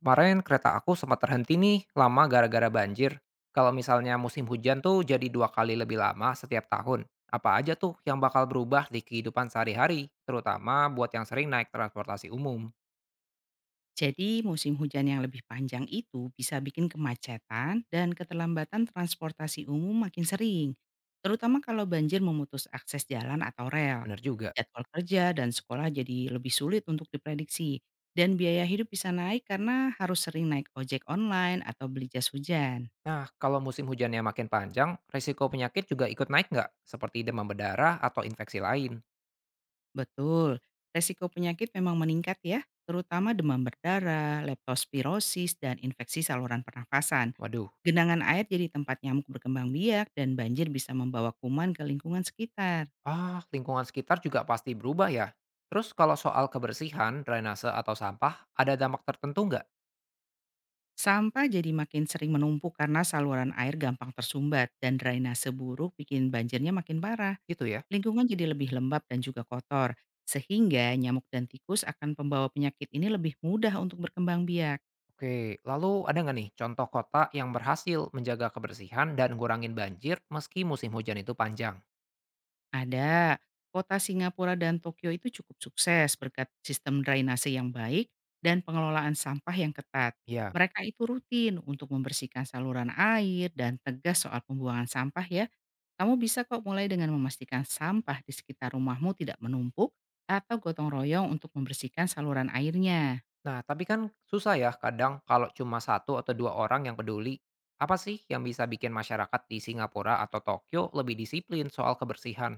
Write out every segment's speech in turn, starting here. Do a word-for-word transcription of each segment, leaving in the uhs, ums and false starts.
Kemarin kereta aku sempat terhenti nih lama gara-gara banjir. Kalau misalnya musim hujan tuh jadi dua kali lebih lama setiap tahun. Apa aja tuh yang bakal berubah di kehidupan sehari-hari, terutama buat yang sering naik transportasi umum. Jadi musim hujan yang lebih panjang itu bisa bikin kemacetan dan keterlambatan transportasi umum makin sering, terutama kalau banjir memutus akses jalan atau rel. Bener juga. Jadwal kerja dan sekolah jadi lebih sulit untuk diprediksi, dan biaya hidup bisa naik karena harus sering naik ojek online atau beli jas hujan. Nah, kalau musim hujannya makin panjang, risiko penyakit juga ikut naik nggak? Seperti demam berdarah atau infeksi lain. Betul, resiko penyakit memang meningkat ya, terutama demam berdarah, leptospirosis, dan infeksi saluran pernafasan. Waduh, Genangan air jadi tempat nyamuk berkembang biak dan banjir bisa membawa kuman ke lingkungan sekitar. ah lingkungan sekitar juga pasti berubah ya. Terus kalau soal kebersihan, drainase atau sampah, ada dampak tertentu nggak? Sampah jadi makin sering menumpuk karena saluran air gampang tersumbat dan drainase buruk bikin banjirnya makin parah. Gitu ya. Lingkungan jadi lebih lembab dan juga kotor, sehingga nyamuk dan tikus akan pembawa penyakit ini lebih mudah untuk berkembang biak. Oke, lalu ada nggak nih contoh kota yang berhasil menjaga kebersihan dan ngurangin banjir meski musim hujan itu panjang? Ada. Kota Singapura dan Tokyo itu cukup sukses berkat sistem drainase yang baik dan pengelolaan sampah yang ketat. Iya. Mereka itu rutin untuk membersihkan saluran air dan tegas soal pembuangan sampah ya. Kamu bisa kok mulai dengan memastikan sampah di sekitar rumahmu tidak menumpuk atau gotong royong untuk membersihkan saluran airnya. Nah, tapi kan susah ya kadang kalau cuma satu atau dua orang yang peduli. Apa sih yang bisa bikin masyarakat di Singapura atau Tokyo lebih disiplin soal kebersihan?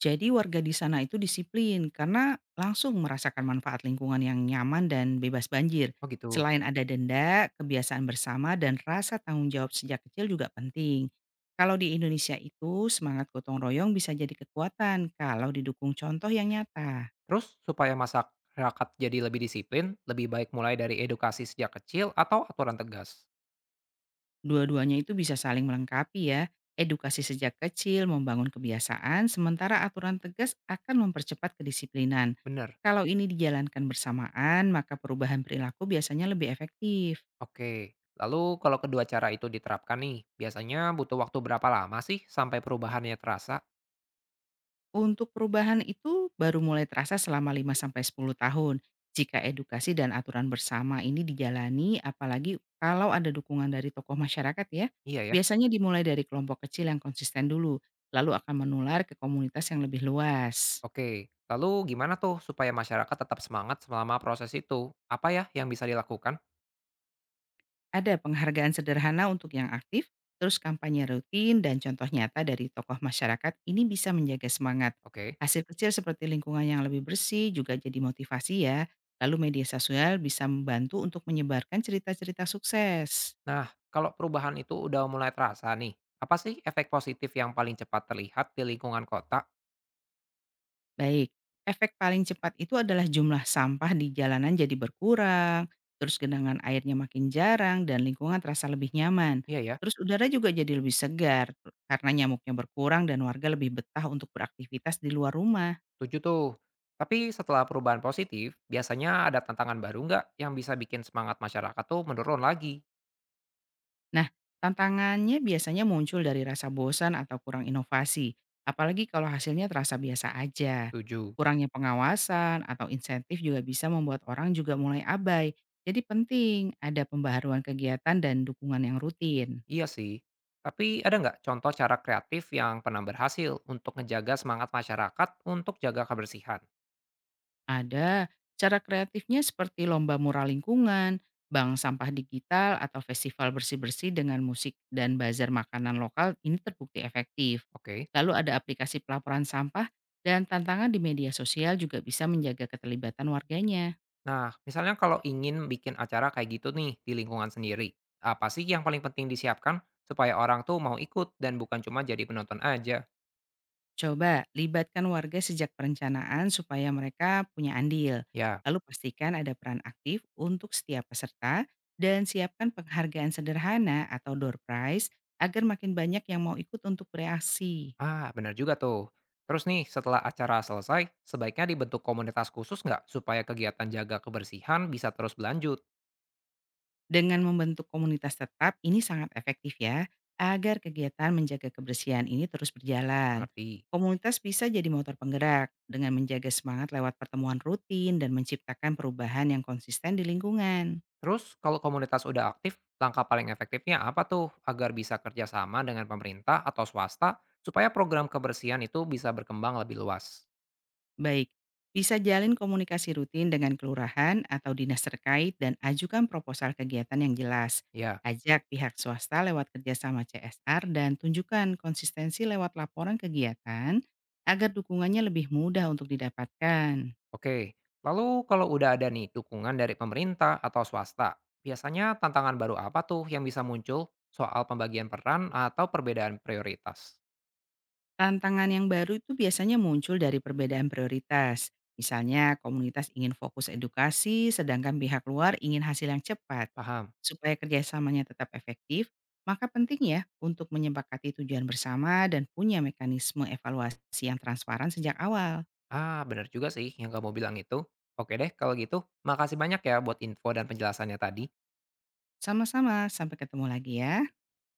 Jadi warga di sana itu disiplin karena langsung merasakan manfaat lingkungan yang nyaman dan bebas banjir. Oh gitu. Selain ada denda, kebiasaan bersama dan rasa tanggung jawab sejak kecil juga penting. Kalau di Indonesia itu semangat gotong royong bisa jadi kekuatan kalau didukung contoh yang nyata. Terus supaya masyarakat jadi lebih disiplin, lebih baik mulai dari edukasi sejak kecil atau aturan tegas? Dua-duanya itu bisa saling melengkapi ya. Edukasi sejak kecil membangun kebiasaan, sementara aturan tegas akan mempercepat kedisiplinan. Bener. Kalau ini dijalankan bersamaan, maka perubahan perilaku biasanya lebih efektif. Oke, lalu kalau kedua cara itu diterapkan nih, biasanya butuh waktu berapa lama sih sampai perubahannya terasa? Untuk perubahan itu baru mulai terasa selama lima sampai sepuluh tahun. Jika edukasi dan aturan bersama ini dijalani, apalagi kalau ada dukungan dari tokoh masyarakat ya, Iya ya. biasanya dimulai dari kelompok kecil yang konsisten dulu, lalu akan menular ke komunitas yang lebih luas. Oke, lalu gimana tuh supaya masyarakat tetap semangat selama proses itu? Apa ya yang bisa dilakukan? Ada penghargaan sederhana untuk yang aktif, terus kampanye rutin dan contoh nyata dari tokoh masyarakat ini bisa menjaga semangat. Oke. Hasil kecil seperti lingkungan yang lebih bersih juga jadi motivasi ya. Lalu media sosial bisa membantu untuk menyebarkan cerita-cerita sukses. Nah, kalau perubahan itu udah mulai terasa nih, apa sih efek positif yang paling cepat terlihat di lingkungan kota? Baik, efek paling cepat itu adalah jumlah sampah di jalanan jadi berkurang, terus genangan airnya makin jarang dan lingkungan terasa lebih nyaman. Iya ya, Terus udara juga jadi lebih segar karena nyamuknya berkurang dan warga lebih betah untuk beraktivitas di luar rumah. setuju tuh. Tapi setelah perubahan positif, biasanya ada tantangan baru nggak yang bisa bikin semangat masyarakat tuh menurun lagi? Nah, tantangannya biasanya muncul dari rasa bosan atau kurang inovasi, apalagi kalau hasilnya terasa biasa aja. Setuju. Kurangnya pengawasan atau insentif juga bisa membuat orang juga mulai abai. Jadi penting ada pembaharuan kegiatan dan dukungan yang rutin. Iya sih. Tapi ada nggak contoh cara kreatif yang pernah berhasil untuk ngejaga semangat masyarakat untuk jaga kebersihan? Ada cara kreatifnya seperti lomba mural lingkungan, bank sampah digital, atau festival bersih-bersih dengan musik dan bazar makanan lokal ini terbukti efektif. Oke. Lalu ada aplikasi pelaporan sampah dan tantangan di media sosial juga bisa menjaga keterlibatan warganya. Nah, misalnya kalau ingin bikin acara kayak gitu nih di lingkungan sendiri, apa sih yang paling penting disiapkan supaya orang tuh mau ikut dan bukan cuma jadi penonton aja? Coba libatkan warga sejak perencanaan supaya mereka punya andil. Ya, Lalu pastikan ada peran aktif untuk setiap peserta dan siapkan penghargaan sederhana atau door prize agar makin banyak yang mau ikut untuk bereaksi. ah benar juga tuh. Terus nih, setelah acara selesai, sebaiknya dibentuk komunitas khusus nggak supaya kegiatan jaga kebersihan bisa terus berlanjut? Dengan membentuk komunitas tetap ini sangat efektif ya, agar kegiatan menjaga kebersihan ini terus berjalan. Mengerti. Komunitas bisa jadi motor penggerak dengan menjaga semangat lewat pertemuan rutin dan menciptakan perubahan yang konsisten di lingkungan. Terus kalau komunitas udah aktif, langkah paling efektifnya apa tuh agar bisa kerjasama dengan pemerintah atau swasta supaya program kebersihan itu bisa berkembang lebih luas? Baik, bisa jalin komunikasi rutin dengan kelurahan atau dinas terkait dan ajukan proposal kegiatan yang jelas. Ya, Ajak pihak swasta lewat kerjasama C S R dan tunjukkan konsistensi lewat laporan kegiatan agar dukungannya lebih mudah untuk didapatkan. oke. Lalu kalau udah ada nih dukungan dari pemerintah atau swasta, biasanya tantangan baru apa tuh yang bisa muncul soal pembagian peran atau perbedaan prioritas? Tantangan yang baru itu biasanya muncul dari perbedaan prioritas. Misalnya komunitas ingin fokus edukasi, sedangkan pihak luar ingin hasil yang cepat. Paham? Supaya kerjasamanya tetap efektif, maka penting ya untuk menyepakati tujuan bersama dan punya mekanisme evaluasi yang transparan sejak awal. Ah, bener juga sih yang kamu bilang itu. Oke deh, kalau gitu, makasih banyak ya buat info dan penjelasannya tadi. Sama-sama, sampai ketemu lagi ya.